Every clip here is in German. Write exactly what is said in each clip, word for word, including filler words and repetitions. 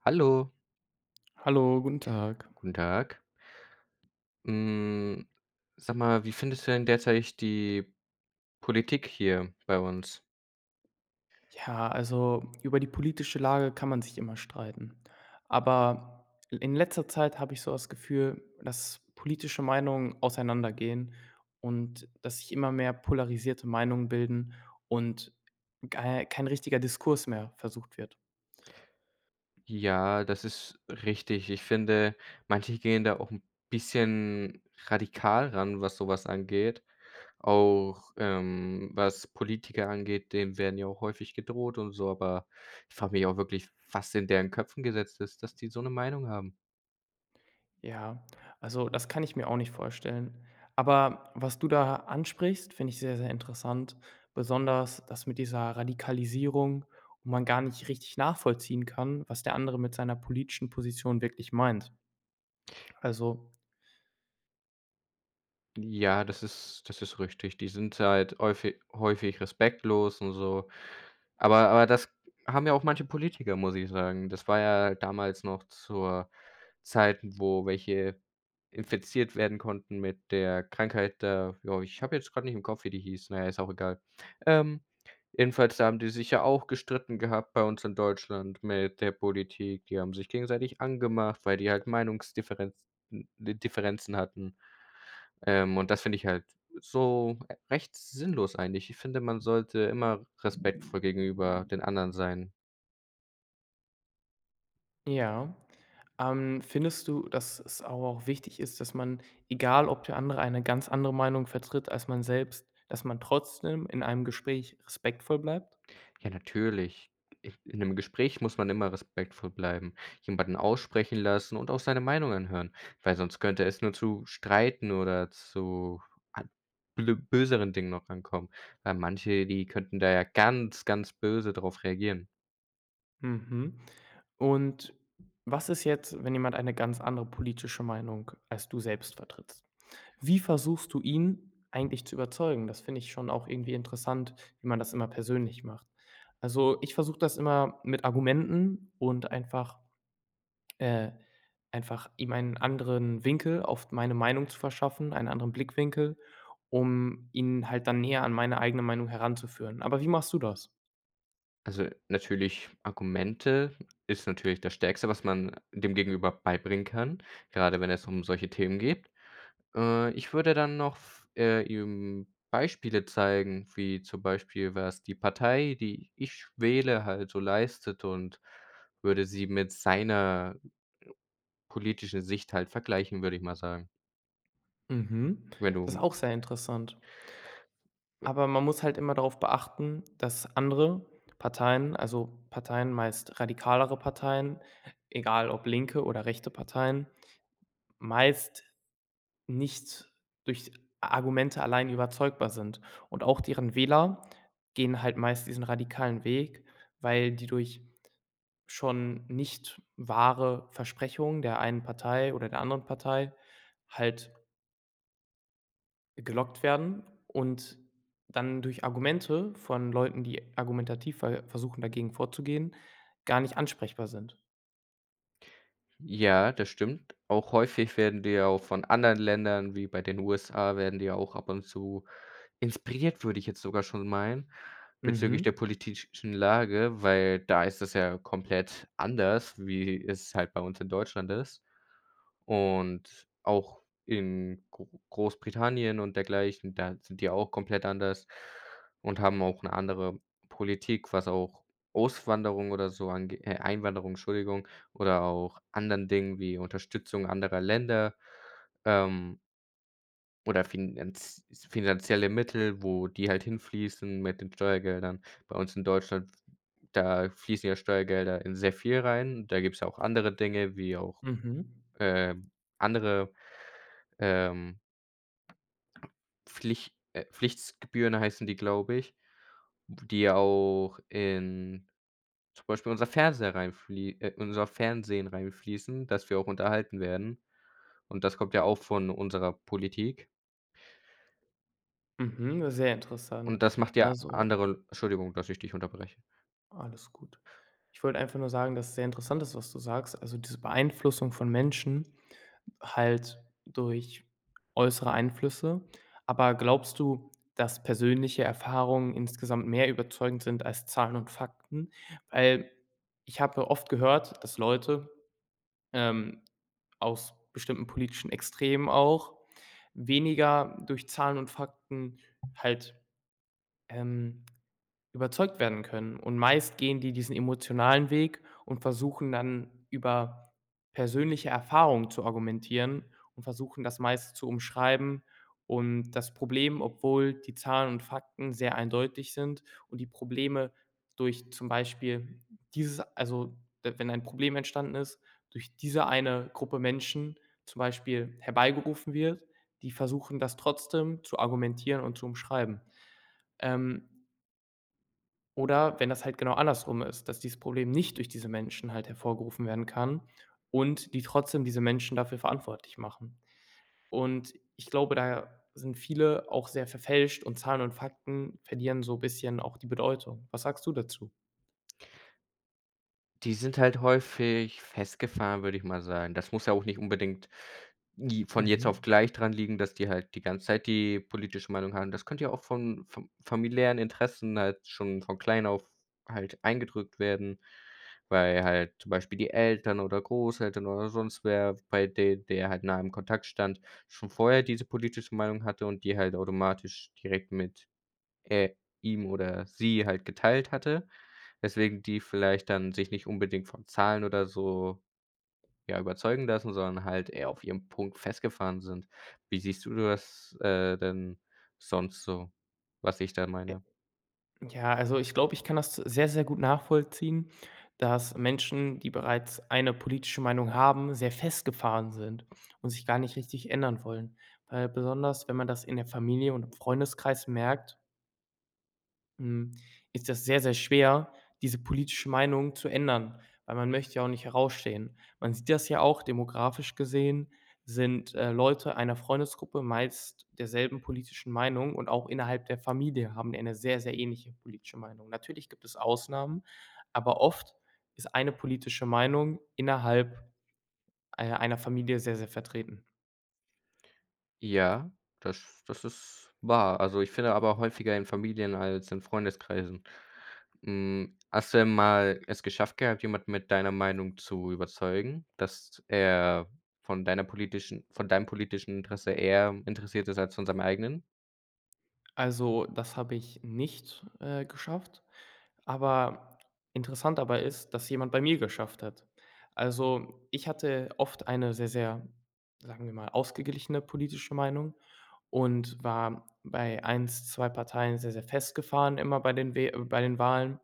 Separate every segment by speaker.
Speaker 1: Hallo,
Speaker 2: Hallo, guten Tag.
Speaker 1: guten Tag. Hm, sag mal, wie findest du denn derzeit die Politik hier bei uns?
Speaker 2: Ja, also über die politische Lage kann man sich immer streiten. Aber in letzter Zeit habe ich so das Gefühl, dass politische Meinungen auseinandergehen und dass sich immer mehr polarisierte Meinungen bilden und kei- kein richtiger Diskurs mehr versucht wird.
Speaker 1: Ja, das ist richtig. Ich finde, manche gehen da auch ein bisschen radikal ran, was sowas angeht. Auch, ähm, was Politiker angeht, denen werden ja auch häufig gedroht und so, aber ich frage mich auch wirklich, was in deren Köpfen gesetzt ist, dass die so eine Meinung haben.
Speaker 2: Ja, also das kann ich mir auch nicht vorstellen. Aber was du da ansprichst, finde ich sehr, sehr interessant. Besonders das mit dieser Radikalisierung, wo man gar nicht richtig nachvollziehen kann, was der andere mit seiner politischen Position wirklich meint. Also,
Speaker 1: Ja, das ist das ist richtig. Die sind halt häufig häufig respektlos und so. Aber aber das haben ja auch manche Politiker, muss ich sagen. Das war ja damals noch zur Zeit, wo welche infiziert werden konnten mit der Krankheit da, ja, ich habe jetzt gerade nicht im Kopf, wie die hieß. Na ja, ist auch egal. Ähm, jedenfalls, da haben die sich ja auch gestritten gehabt bei uns in Deutschland mit der Politik. Die haben sich gegenseitig angemacht, weil die halt Meinungsdifferenzen Differenzen hatten. Ähm, und das finde ich halt so e recht sinnlos eigentlich. Ich finde, man sollte immer respektvoll gegenüber den anderen sein.
Speaker 2: ja. Ähm, findest du, dass es aber auch wichtig ist, dass man, egal ob der andere eine ganz andere Meinung vertritt als man selbst, dass man trotzdem in einem Gespräch respektvoll bleibt?
Speaker 1: Ja, natürlich. I In einem Gespräch muss man immer respektvoll bleiben, jemanden aussprechen lassen und auch seine Meinung anhören, weil sonst könnte es nur zu Streiten oder zu an blö böseren Dingen noch ankommen, weil manche, die könnten da ja ganz, ganz böse drauf reagieren.
Speaker 2: Mhm. Und was ist jetzt, wenn jemand eine ganz andere politische Meinung als du selbst vertrittst? Wie versuchst du ihn eigentlich zu überzeugen? Das finde ich schon auch irgendwie interessant, wie man das immer persönlich macht. Also ich versuche das immer mit Argumenten und einfach, äh, einfach ihm einen anderen Winkel auf meine Meinung zu verschaffen, einen anderen Blickwinkel, um ihn halt dann näher an meine eigene Meinung heranzuführen. Aber wie machst du das?
Speaker 1: Also, natürlich Argumente ist natürlich das Stärkste, was man dem Gegenüber beibringen kann, gerade wenn es um solche Themen geht. Äh, ich würde dann noch f äh, ihm Beispiele zeigen, wie zum Beispiel, was die Partei, die ich wähle, halt so leistet, und würde sie mit seiner politischen Sicht halt vergleichen, würde ich mal sagen.
Speaker 2: Mhm.
Speaker 1: Wenn
Speaker 2: Das ist
Speaker 1: du
Speaker 2: auch sehr interessant. Aber man muss halt immer darauf beachten, dass andere Parteien, also Parteien, meist radikalere Parteien, egal ob linke oder rechte Parteien, meist nicht durch Argumente allein überzeugbar sind. Und auch deren Wähler gehen halt meist diesen radikalen Weg, weil die durch schon nicht wahre Versprechungen der einen Partei oder der anderen Partei halt gelockt werden und dann durch Argumente von Leuten, die argumentativ ver versuchen, dagegen vorzugehen, gar nicht ansprechbar sind.
Speaker 1: ja, das stimmt. Auch häufig werden die ja auch von anderen Ländern, wie bei den U S A, werden die ja auch ab und zu inspiriert, würde ich jetzt sogar schon meinen, bezüglich
Speaker 2: Mhm.
Speaker 1: der politischen Lage, weil da ist es ja komplett anders, wie es halt bei uns in Deutschland ist. Und auch in Gro Großbritannien und dergleichen, da sind die auch komplett anders und haben auch eine andere Politik, was auch Auswanderung oder so ange äh, Einwanderung, Entschuldigung, oder auch anderen Dingen wie Unterstützung anderer Länder, ähm oder finanz finanzielle Mittel, wo die halt hinfließen mit den Steuergeldern. Bei uns in Deutschland, da fließen ja Steuergelder in sehr viel rein. Da gibt's ja auch andere Dinge, wie auch,
Speaker 2: Mhm.
Speaker 1: ähm, andere, ähm, Pflicht äh, Pflichtgebühren heißen die, glaube ich, w die ja auch in zum Beispiel unser Fernseher reinflie äh, unser Fernsehen reinfließen, dass wir auch unterhalten werden. Und das kommt ja auch von unserer Politik.
Speaker 2: Mhm. Sehr interessant.
Speaker 1: Und das macht ja
Speaker 2: Also,
Speaker 1: andere Entschuldigung, dass ich dich unterbreche.
Speaker 2: alles gut. Ich wollte einfach nur sagen, dass es sehr interessant ist, was du sagst. Also diese Beeinflussung von Menschen halt durch äußere Einflüsse. Aber glaubst du, dass persönliche Erfahrungen insgesamt mehr überzeugend sind als Zahlen und Fakten? Weil ich habe oft gehört, dass Leute ähm, aus bestimmten politischen Extremen auch weniger durch Zahlen und Fakten halt ähm, Überzeugt werden können. Und meist gehen die diesen emotionalen Weg und versuchen dann über persönliche Erfahrungen zu argumentieren und versuchen das meist zu umschreiben und das Problem, obwohl die Zahlen und Fakten sehr eindeutig sind und die Probleme durch zum Beispiel dieses also, d wenn ein Problem entstanden ist, durch diese eine Gruppe Menschen zum Beispiel herbeigerufen wird, die versuchen das trotzdem zu argumentieren und zu umschreiben. Ähm oder wenn das halt genau andersrum ist, dass dieses Problem nicht durch diese Menschen halt hervorgerufen werden kann und die trotzdem diese Menschen dafür verantwortlich machen. Und ich glaube, da sind viele auch sehr verfälscht und Zahlen und Fakten verlieren so bisschen auch die Bedeutung. Was sagst du dazu?
Speaker 1: Die sind halt häufig festgefahren, würde ich mal sagen. Das muss ja auch nicht unbedingt j von jetzt auf
Speaker 2: Mhm.
Speaker 1: gleich dran liegen, dass die halt die ganze Zeit die politische Meinung haben. Das könnte ja auch von vom familiären Interessen halt schon von klein auf halt eingedrückt werden, weil halt zum Beispiel die Eltern oder Großeltern oder sonst wer, bei dem, der halt nah im Kontakt stand, schon vorher diese politische Meinung hatte und die halt automatisch direkt mit äh, ihm oder sie halt geteilt hatte, weswegen die vielleicht dann sich nicht unbedingt von Zahlen oder so, ja, überzeugen lassen, sondern halt eher auf ihrem Punkt festgefahren sind. Wie siehst du das, äh, denn sonst so, was ich da meine?
Speaker 2: Ja, also ich glaube, ich kann das sehr, sehr gut nachvollziehen, dass Menschen, die bereits eine politische Meinung haben, sehr festgefahren sind und sich gar nicht richtig ändern wollen. Weil besonders, wenn man das in der Familie und im Freundeskreis merkt, hm, ist das sehr, sehr schwer, diese politische Meinung zu ändern, weil man möchte ja auch nicht herausstehen. Man sieht das ja auch demografisch gesehen, sind, äh, Leute einer Freundesgruppe meist derselben politischen Meinung und auch innerhalb der Familie haben die eine sehr, sehr ähnliche politische Meinung. Natürlich gibt es Ausnahmen, aber oft ist eine politische Meinung innerhalb, äh, einer Familie sehr, sehr vertreten.
Speaker 1: Ja, das das ist wahr. Also, ich finde aber häufiger in Familien als in Freundeskreisen. Hm, hast du denn mal es geschafft gehabt, jemanden mit deiner Meinung zu überzeugen, dass er von deiner politischen von deinem politischen Interesse eher interessiert ist als von seinem eigenen?
Speaker 2: Also, das habe ich nicht, äh, geschafft. Aber interessant dabei ist, dass jemand bei mir geschafft hat. Also, ich hatte oft eine sehr, sehr, sagen wir mal, ausgeglichene politische Meinung und war bei eins zwei Parteien sehr, sehr festgefahren immer bei den We äh, bei den Wahlen.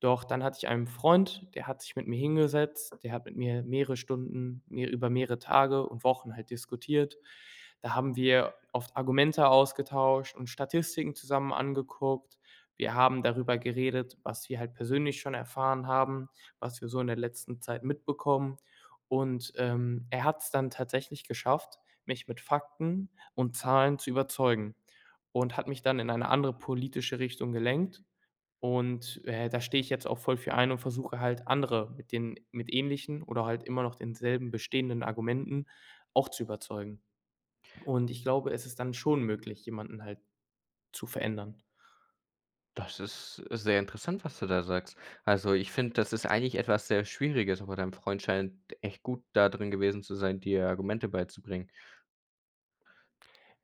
Speaker 2: Doch dann hatte ich einen Freund, der hat sich mit mir hingesetzt, der hat mit mir mehrere Stunden, mehr über mehrere Tage und Wochen halt diskutiert. Da haben wir oft Argumente ausgetauscht und Statistiken zusammen angeguckt. Wir haben darüber geredet, was wir halt persönlich schon erfahren haben, was wir so in der letzten Zeit mitbekommen. Und, ähm, er hat es dann tatsächlich geschafft, mich mit Fakten und Zahlen zu überzeugen und hat mich dann in eine andere politische Richtung gelenkt und, äh, da stehe ich jetzt auch voll für ein und versuche halt andere mit den mit ähnlichen oder halt immer noch denselben bestehenden Argumenten auch zu überzeugen. Und ich glaube, es ist dann schon möglich, jemanden halt zu verändern.
Speaker 1: Das ist sehr interessant, was du da sagst. Also, ich finde, das ist eigentlich etwas sehr Schwieriges, aber dein Freund scheint echt gut da drin gewesen zu sein, dir Argumente beizubringen.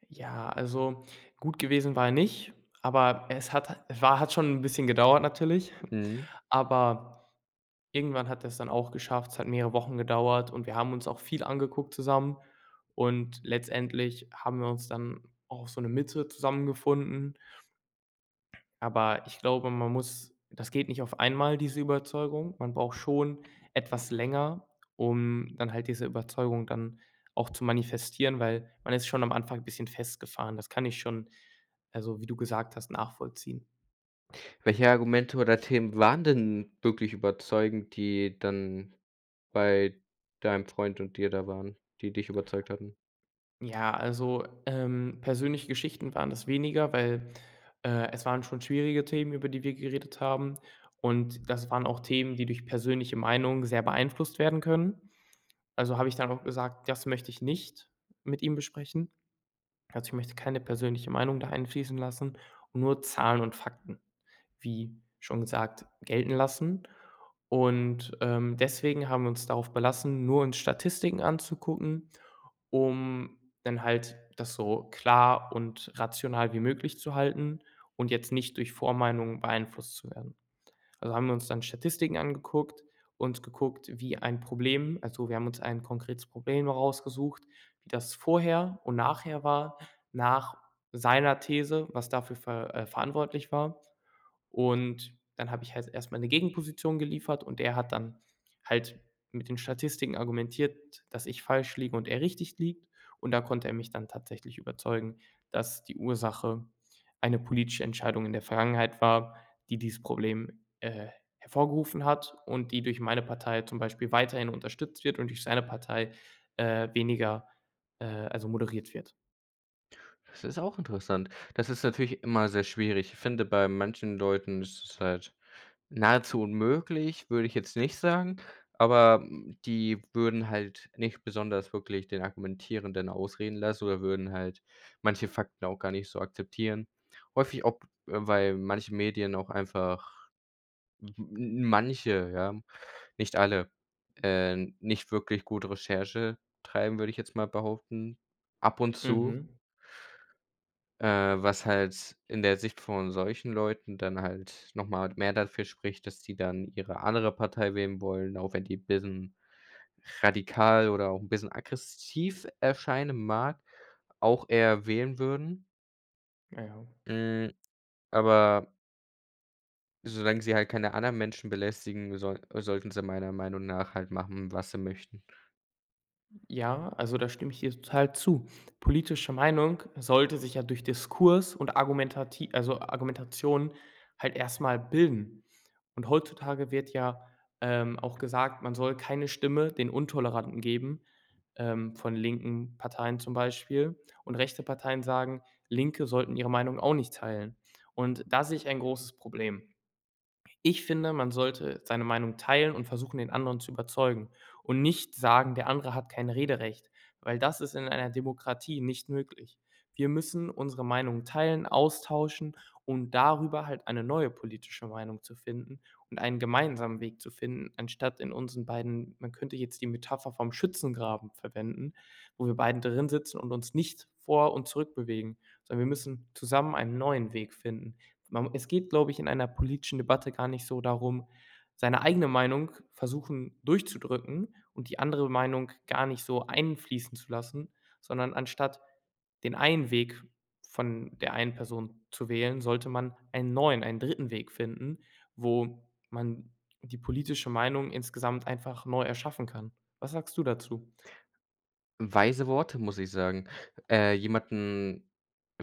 Speaker 2: Ja, also, gut gewesen war er nicht, aber es hat es war hat schon ein bisschen gedauert natürlich,
Speaker 1: Mhm.
Speaker 2: aber irgendwann hat er's dann auch geschafft. Es hat mehrere Wochen gedauert und wir haben uns auch viel angeguckt zusammen und letztendlich haben wir uns dann auch auf so eine Mitte zusammengefunden. Aber ich glaube, man muss das geht nicht auf einmal, diese Überzeugung. Man braucht schon etwas länger, um dann halt diese Überzeugung dann auch zu manifestieren, weil man ist schon am Anfang ein bisschen festgefahren. Das kann ich schon, also, wie du gesagt hast, nachvollziehen.
Speaker 1: Welche Argumente oder Themen waren denn wirklich überzeugend, die dann bei deinem Freund und dir da waren, die dich überzeugt hatten?
Speaker 2: Ja, also, ähm, persönliche Geschichten waren das weniger, weil, äh, es waren schon schwierige Themen, über die wir geredet haben. Und das waren auch Themen, die durch persönliche Meinungen sehr beeinflusst werden können. Also, habe ich dann auch gesagt: „Das möchte ich nicht mit ihm besprechen. Also, ich möchte keine persönliche Meinung da einfließen lassen und nur Zahlen und Fakten, wie schon gesagt, gelten lassen." Und, ähm, deswegen haben wir uns darauf belassen, nur uns Statistiken anzugucken, um dann halt das so klar und rational wie möglich zu halten und jetzt nicht durch Vormeinungen beeinflusst zu werden. Also haben wir uns dann Statistiken angeguckt und geguckt, wie ein Problem also, wir haben uns ein konkretes Problem rausgesucht, wie das vorher und nachher war, nach seiner These, was dafür ver äh, verantwortlich war und dann habe ich halt erstmal eine Gegenposition geliefert und er hat dann halt mit den Statistiken argumentiert, dass ich falsch liege und er richtig liegt. Und da konnte er mich dann tatsächlich überzeugen, dass die Ursache eine politische Entscheidung in der Vergangenheit war, die dieses Problem, äh, hervorgerufen hat und die durch meine Partei zum Beispiel weiterhin unterstützt wird und durch seine Partei, äh, weniger, äh also moderiert wird.
Speaker 1: Das ist auch interessant. Das ist natürlich immer sehr schwierig. Ich finde, bei manchen Leuten ist es halt nahezu unmöglich, würde ich jetzt nicht sagen, aber, hm, die würden halt nicht besonders wirklich den Argumentierenden ausreden lassen oder würden halt manche Fakten auch gar nicht so akzeptieren. Häufig auch, äh, weil manche Medien auch einfach M manche, ja, nicht alle, Äh, nicht wirklich gute Recherche treiben, würde ich jetzt mal behaupten. Ab und zu,
Speaker 2: Mhm.
Speaker 1: äh, was halt in der Sicht von solchen Leuten dann halt noch mal mehr dafür spricht, dass die dann ihre andere Partei wählen wollen, auch wenn die ein bisschen radikal oder auch 'n bisschen aggressiv erscheinen mag, auch eher wählen würden.
Speaker 2: Ja, ja.
Speaker 1: Hm, aber solange sie halt keine anderen Menschen belästigen, soll sollten sie meiner Meinung nach halt machen, was sie möchten.
Speaker 2: Ja, also da stimme ich dir total zu. Politische Meinung sollte sich ja durch Diskurs und Argumentati also Argumentation halt erstmal bilden. Und heutzutage wird ja, ähm, auch gesagt, man soll keine Stimme den Untoleranten geben, ähm, von linken Parteien zum Beispiel. Und rechte Parteien sagen, Linke sollten ihre Meinung auch nicht teilen. Und da sehe ich ein großes Problem. Ich finde, man sollte seine Meinung teilen und versuchen, den anderen zu überzeugen und nicht sagen, der andere hat kein Rederecht, weil das ist in einer Demokratie nicht möglich. Wir müssen unsere Meinung teilen, austauschen und darüber halt eine neue politische Meinung zu finden und einen gemeinsamen Weg zu finden, anstatt in unseren beiden man könnte jetzt die Metapher vom Schützengraben verwenden, wo wir beiden drin sitzen und uns nicht vor und zurück bewegen, sondern wir müssen zusammen einen neuen Weg finden. Man es geht, glaube ich, in einer politischen Debatte gar nicht so darum, seine eigene Meinung versuchen durchzudrücken und die andere Meinung gar nicht so einfließen zu lassen, sondern anstatt den einen Weg von der einen Person zu wählen, sollte man einen neuen, einen dritten Weg finden, wo man die politische Meinung insgesamt einfach neu erschaffen kann. Was sagst du dazu?
Speaker 1: Weise Worte, muss ich sagen. Äh, jemanden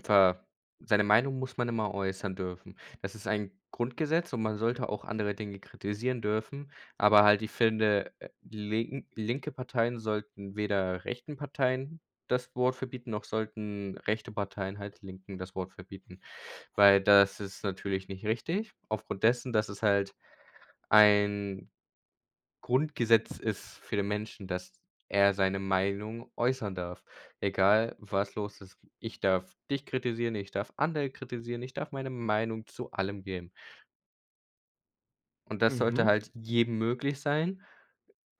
Speaker 1: ver seine Meinung muss man immer äußern dürfen. Das ist ein Grundgesetz und man sollte auch andere Dinge kritisieren dürfen, aber halt, ich finde, äh, link linke Parteien sollten weder rechten Parteien das Wort verbieten, noch sollten rechte Parteien halt Linken das Wort verbieten, weil das ist natürlich nicht richtig. Aufgrund dessen, dass es halt ein Grundgesetz ist für den Menschen, dass er seine Meinung äußern darf, egal was los ist. Ich darf dich kritisieren, ich darf andere kritisieren, ich darf meine Meinung zu allem geben. Und das sollte
Speaker 2: Mhm.
Speaker 1: halt jedem möglich sein.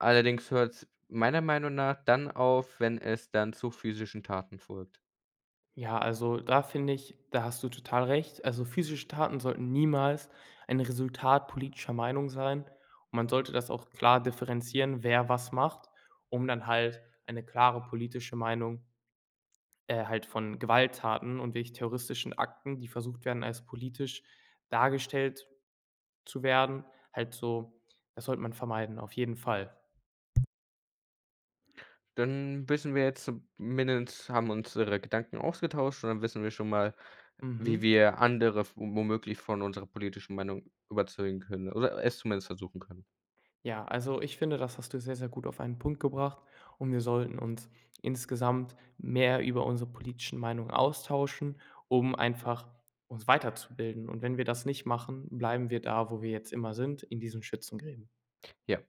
Speaker 1: Allerdings hört's meiner Meinung nach dann auf, wenn es dann zu physischen Taten folgt.
Speaker 2: Ja, also da finde ich, da hast du total recht. Also physische Taten sollten niemals ein Resultat politischer Meinung sein. Und man sollte das auch klar differenzieren, wer was macht, um dann halt eine klare politische Meinung äh, halt von Gewalttaten und wirklich terroristischen Akten, die versucht werden, als politisch dargestellt zu werden, halt so, das sollte man vermeiden, auf jeden Fall.
Speaker 1: Dann wissen wir jetzt zumindest haben unsere Gedanken ausgetauscht und dann wissen wir schon mal, wie
Speaker 2: Mhm.
Speaker 1: wir andere v womöglich von unserer politischen Meinung überzeugen können oder es zumindest versuchen können.
Speaker 2: Ja, also ich finde, das hast du sehr, sehr gut auf einen Punkt gebracht und wir sollten uns insgesamt mehr über unsere politischen Meinungen austauschen, um einfach uns weiterzubilden. Und wenn wir das nicht machen, bleiben wir da, wo wir jetzt immer sind, in diesen Schützengräben.
Speaker 1: Ja.